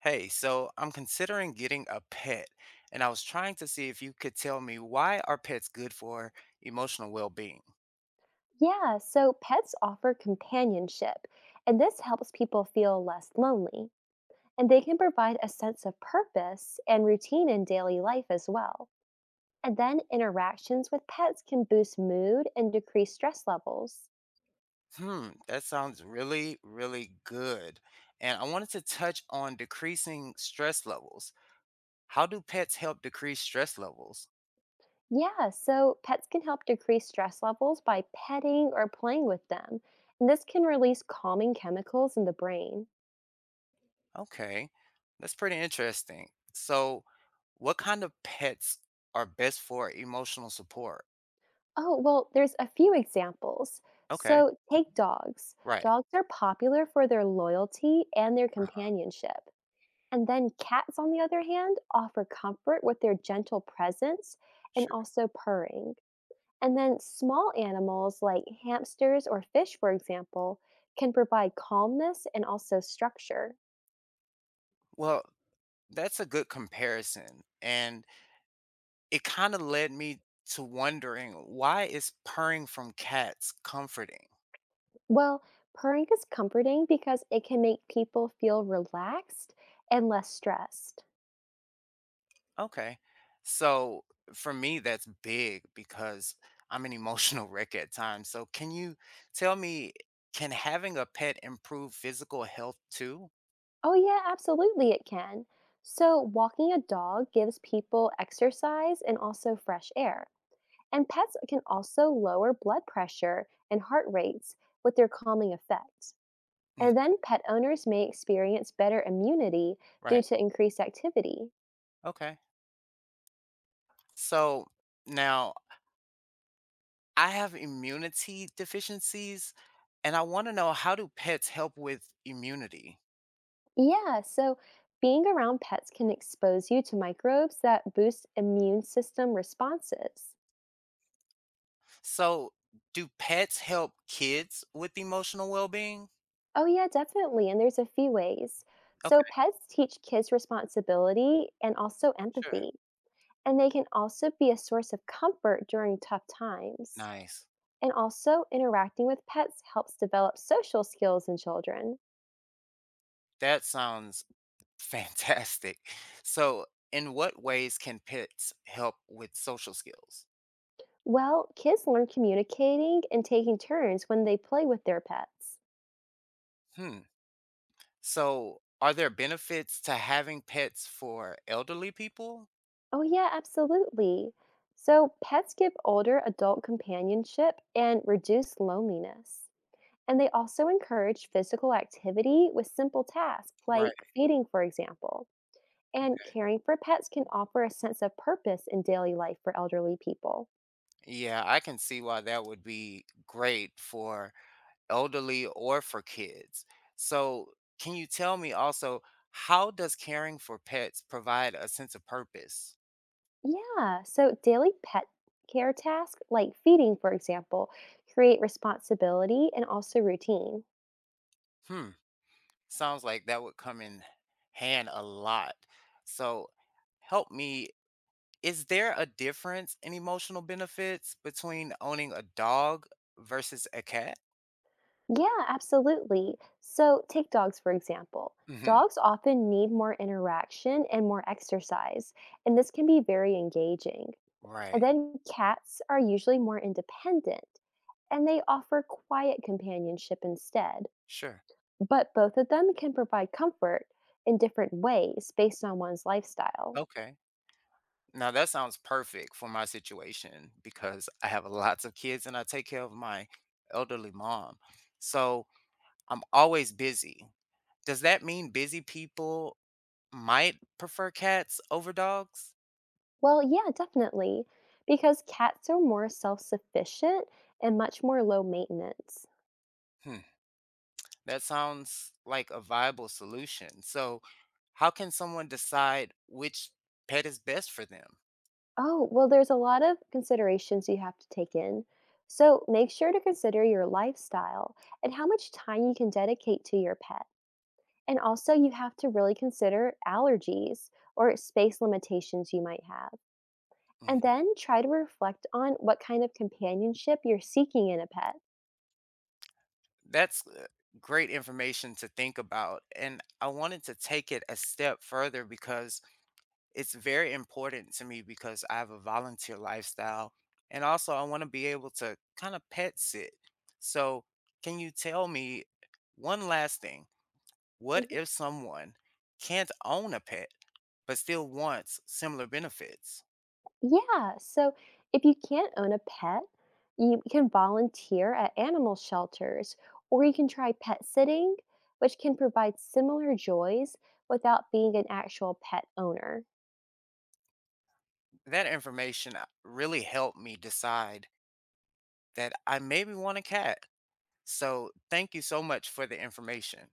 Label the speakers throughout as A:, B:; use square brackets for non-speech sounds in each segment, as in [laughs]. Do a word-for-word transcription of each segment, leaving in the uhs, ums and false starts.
A: Hey, so I'm considering getting a pet, and I was trying to see if you could tell me, why are pets good for emotional well-being?
B: Yeah, so pets offer companionship, and this helps people feel less lonely. And they can provide a sense of purpose and routine in daily life as well. And then interactions with pets can boost mood and decrease stress levels.
A: Hmm, that sounds really, really good. And I wanted to touch on decreasing stress levels. How do pets help decrease stress levels?
B: Yeah, so pets can help decrease stress levels by petting or playing with them. And this can release calming chemicals in the brain.
A: Okay, that's pretty interesting. So, what kind of pets are best for emotional support?
B: Oh, well, there's a few examples.
A: Okay,
B: So take dogs.
A: right.
B: Dogs are popular for their loyalty and their
A: uh
B: companionship. And then cats, on the other hand, offer comfort with their gentle presence and
A: Sure.
B: also purring. And then small animals like hamsters or fish, for example, can provide calmness and also structure.
A: Well, that's a good comparison. And it kind of led me to wondering, why is purring from cats comforting?
B: Well, purring is comforting because it can make people feel relaxed and less stressed.
A: Okay. So for me, that's big because I'm an [laughs] emotional wreck at times. So can you tell me, can having a pet improve physical health too?
B: Oh, yeah, absolutely, it can. So, walking a dog gives people exercise and also fresh air. And pets can also lower blood pressure and heart rates with their calming effect.
A: Mm,
B: And then pet owners may experience better immunity due
A: right.
B: to increased activity.
A: Okay. So now I have immunity deficiencies and I want to know, how do pets help with immunity?
B: Yeah, so being around pets can expose you to microbes that boost immune system responses.
A: So do pets help kids with emotional well-being?
B: Oh, yeah, definitely. And there's a few ways.
A: Okay,
B: So, pets teach kids responsibility and also
A: sure.
B: empathy, and they can also be a source of comfort during tough times.
A: Nice.
B: And also, interacting with pets helps develop social skills in children.
A: That sounds [laughs] fantastic. So, in what ways can pets help with social skills?
B: Well, kids learn communicating and taking turns when they play with their pets.
A: Hmm. So, are there benefits to having pets for elderly people?
B: Oh, yeah, absolutely. So, pets give older adult companionship and reduce loneliness. And they also encourage physical activity with simple tasks
A: Right.
B: like feeding, for example. And caring for pets can offer a sense of purpose in daily life for elderly people.
A: Yeah, I can see why that would be great for elderly or for kids. So, can you tell me also, how does caring for pets provide a sense of purpose?
B: Yeah, so daily pet care tasks like feeding, for example, create responsibility and also routine.
A: Hmm. Sounds like that would come in hand a lot. So help me, is there a difference in emotional benefits between owning a dog versus a cat?
B: Yeah, absolutely. So take dogs, for example.
A: Hmm.
B: Dogs often need more interaction and more exercise, and this can be very engaging. And
A: Right.
B: then cats are usually more independent and they offer quiet companionship instead.
A: Sure.
B: But both of them can provide comfort in different ways based on one's lifestyle.
A: Okay. Now that sounds perfect for my situation because I have lots of kids and I take care of my elderly mom. So I'm always busy. Does that mean busy people might prefer cats over dogs?
B: Well, yeah, definitely, because cats are more self sufficient and much more low maintenance.
A: Hmm. That sounds like a viable solution. So, how can someone decide which pet is best for them?
B: Oh, well, there's a lot of considerations you have to take in. So make sure to consider your lifestyle and how much time you can dedicate to your pet. And also, you have to really consider allergies or space limitations you might have. And
A: Mhm.
B: then try to reflect on what kind of companionship you're seeking in a pet.
A: That's uh, great information to think about. And I wanted to take it a step further because it's very important to me because I have a volunteer lifestyle. And also, I want to be able to kind of pet sit. So, can you tell me one last thing? What if someone can't own a pet but still wants similar benefits?
B: Yeah. So if you can't own a pet, you can volunteer at animal shelters or you can try pet sitting, which can provide similar joys without being an actual pet owner.
A: That information uh, really helped me decide that I maybe want a cat. So, thank you so much for the information.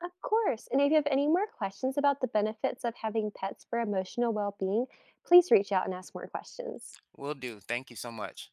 B: Of course. And if you have any more questions about the benefits of having pets for emotional well being, please reach out and ask more questions.
A: Will do. Thank you so much.